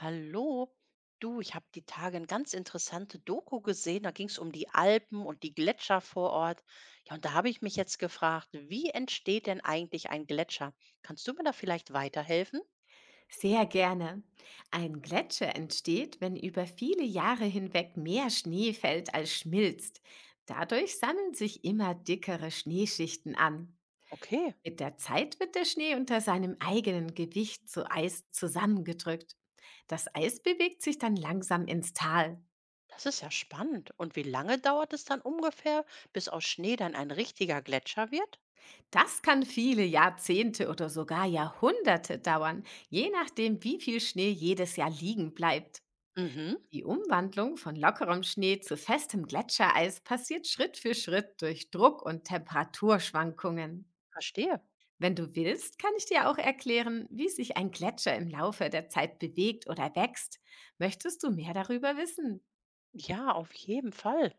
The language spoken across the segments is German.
Hallo, du, ich habe die Tage eine ganz interessante Doku gesehen. Da ging es um die Alpen und die Gletscher vor Ort. Ja, und da habe ich mich jetzt gefragt, wie entsteht denn eigentlich ein Gletscher? Kannst du mir da vielleicht weiterhelfen? Sehr gerne. Ein Gletscher entsteht, wenn über viele Jahre hinweg mehr Schnee fällt als schmilzt. Dadurch sammeln sich immer dickere Schneeschichten an. Okay, Mit der Zeit wird der Schnee unter seinem eigenen Gewicht zu Eis zusammengedrückt. Das Eis bewegt sich dann langsam ins Tal. das ist ja spannend. Und wie lange dauert es dann ungefähr, bis aus Schnee dann ein richtiger Gletscher wird? Das kann viele Jahrzehnte oder sogar Jahrhunderte dauern, je nachdem, wie viel Schnee jedes Jahr liegen bleibt. Mhm, Die Umwandlung von lockerem Schnee zu festem Gletschereis passiert Schritt für Schritt durch Druck und Temperaturschwankungen. verstehe. Wenn du willst, kann ich dir auch erklären, wie sich ein Gletscher im Laufe der Zeit bewegt oder wächst. Möchtest du mehr darüber wissen? Ja, auf jeden Fall.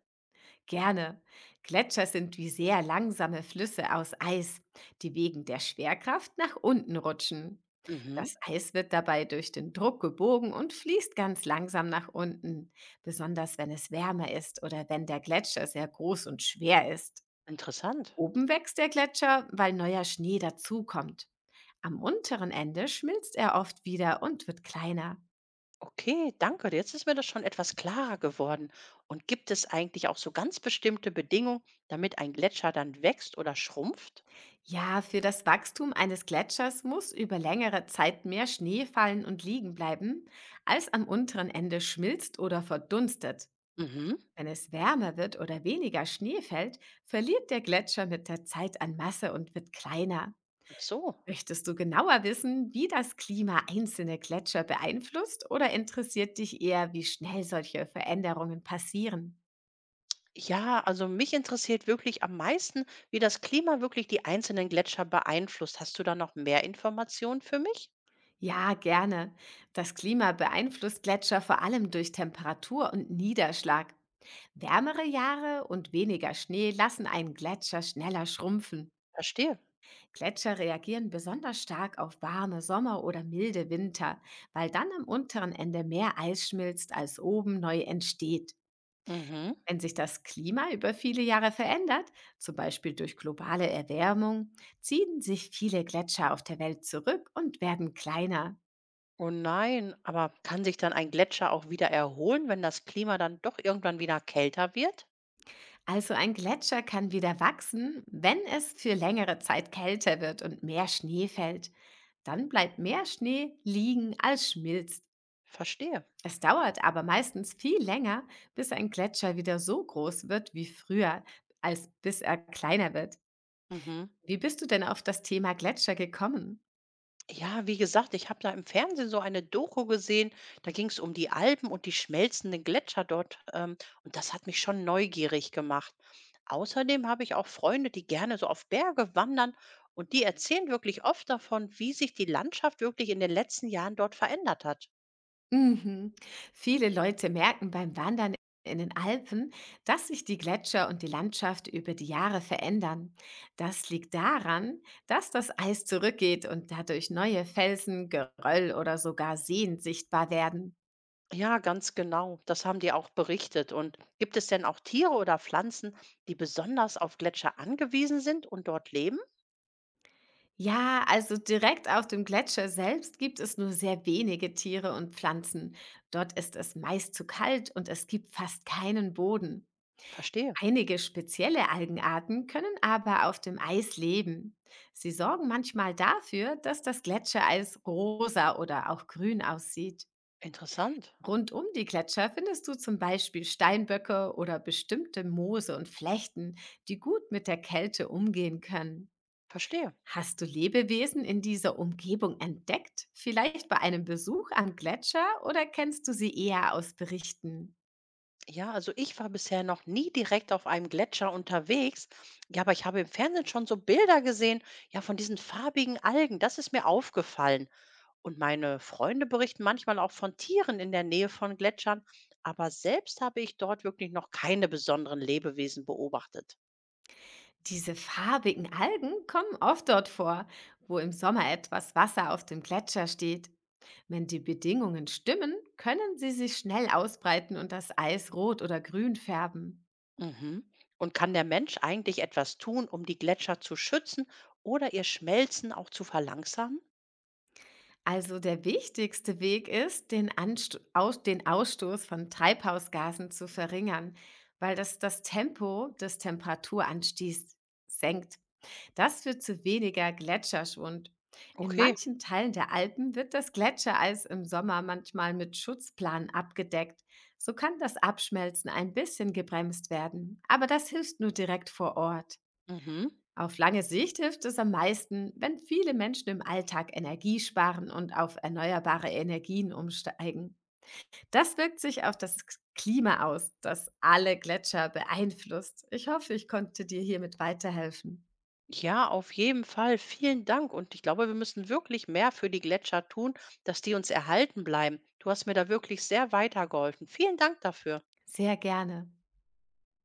Gerne. Gletscher sind wie sehr langsame Flüsse aus Eis, die wegen der Schwerkraft nach unten rutschen. Mhm, Das Eis wird dabei durch den Druck gebogen und fließt ganz langsam nach unten, besonders wenn es wärmer ist oder wenn der Gletscher sehr groß und schwer ist. interessant. Oben wächst der Gletscher, weil neuer Schnee dazukommt. Am unteren Ende schmilzt er oft wieder und wird kleiner. Okay, danke. Jetzt ist mir das schon etwas klarer geworden. Und gibt es eigentlich auch so ganz bestimmte Bedingungen, damit ein Gletscher dann wächst oder schrumpft? Ja, für das Wachstum eines Gletschers muss über längere Zeit mehr Schnee fallen und liegen bleiben, als am unteren Ende schmilzt oder verdunstet. Mhm. Wenn es wärmer wird oder weniger Schnee fällt, verliert der Gletscher mit der Zeit an Masse und wird kleiner. Ach so. Möchtest du genauer wissen, wie das Klima einzelne Gletscher beeinflusst, oder interessiert dich eher, wie schnell solche Veränderungen passieren? Ja, also mich interessiert wirklich am meisten, wie das Klima wirklich die einzelnen Gletscher beeinflusst. Hast du da noch mehr Informationen für mich? Ja, gerne. Das Klima beeinflusst Gletscher vor allem durch Temperatur und Niederschlag. Wärmere Jahre und weniger Schnee lassen einen Gletscher schneller schrumpfen. Verstehe. Gletscher reagieren besonders stark auf warme Sommer oder milde Winter, weil dann am unteren Ende mehr Eis schmilzt, als oben neu entsteht. Mhm. Wenn sich das Klima über viele Jahre verändert, zum Beispiel durch globale Erwärmung, ziehen sich viele Gletscher auf der Welt zurück und werden kleiner. Oh nein, aber kann sich dann ein Gletscher auch wieder erholen, wenn das Klima dann doch irgendwann wieder kälter wird? Also ein Gletscher kann wieder wachsen, wenn es für längere Zeit kälter wird und mehr Schnee fällt. Dann bleibt mehr Schnee liegen als schmilzt. Verstehe. Es dauert aber meistens viel länger, bis ein Gletscher wieder so groß wird wie früher, als bis er kleiner wird. Mhm. Wie bist du denn auf das Thema Gletscher gekommen? Ja, wie gesagt, ich habe da im Fernsehen so eine Doku gesehen, da ging es um die Alpen und die schmelzenden Gletscher dort, und das hat mich schon neugierig gemacht. Außerdem habe ich auch Freunde, die gerne so auf Berge wandern und die erzählen wirklich oft davon, wie sich die Landschaft wirklich in den letzten Jahren dort verändert hat. Mhm. Viele Leute merken beim Wandern in den Alpen, dass sich die Gletscher und die Landschaft über die Jahre verändern. Das liegt daran, dass das Eis zurückgeht und dadurch neue Felsen, Geröll oder sogar Seen sichtbar werden. Ja, ganz genau, das haben die auch berichtet. Und gibt es denn auch Tiere oder Pflanzen, die besonders auf Gletscher angewiesen sind und dort leben? Ja, also direkt auf dem Gletscher selbst gibt es nur sehr wenige Tiere und Pflanzen. Dort ist es meist zu kalt und es gibt fast keinen Boden. Verstehe. Einige spezielle Algenarten können aber auf dem Eis leben. Sie sorgen manchmal dafür, dass das Gletschereis rosa oder auch grün aussieht. Interessant. Rund um die Gletscher findest du zum Beispiel Steinböcke oder bestimmte Moose und Flechten, die gut mit der Kälte umgehen können. Verstehe. Hast du Lebewesen in dieser Umgebung entdeckt? Vielleicht bei einem Besuch am Gletscher, oder kennst du sie eher aus Berichten? Ja, also ich war bisher noch nie direkt auf einem Gletscher unterwegs. Ja, aber ich habe im Fernsehen schon so Bilder gesehen, ja, von diesen farbigen Algen. Das ist mir aufgefallen. Und meine Freunde berichten manchmal auch von Tieren in der Nähe von Gletschern. Aber selbst habe ich dort wirklich noch keine besonderen Lebewesen beobachtet. Diese farbigen Algen kommen oft dort vor, wo im Sommer etwas Wasser auf dem Gletscher steht. Wenn die Bedingungen stimmen, können sie sich schnell ausbreiten und das Eis rot oder grün färben. Mhm. Und kann der Mensch eigentlich etwas tun, um die Gletscher zu schützen oder ihr Schmelzen auch zu verlangsamen? Also der wichtigste Weg ist, den Ausstoß von Treibhausgasen zu verringern, weil das das Tempo des Temperaturanstiegs senkt. Das führt zu weniger Gletscherschwund. In Okay. manchen Teilen der Alpen wird das Gletschereis im Sommer manchmal mit Schutzplan abgedeckt. So kann das Abschmelzen ein bisschen gebremst werden. Aber das hilft nur direkt vor Ort. Mhm. Auf lange Sicht hilft es am meisten, wenn viele Menschen im Alltag Energie sparen und auf erneuerbare Energien umsteigen. Das wirkt sich auf das Klima aus, das alle Gletscher beeinflusst. Ich hoffe, ich konnte dir hiermit weiterhelfen. Ja, auf jeden Fall. Vielen Dank. Und ich glaube, wir müssen wirklich mehr für die Gletscher tun, dass die uns erhalten bleiben. Du hast mir da wirklich sehr weitergeholfen. Vielen Dank dafür. Sehr gerne.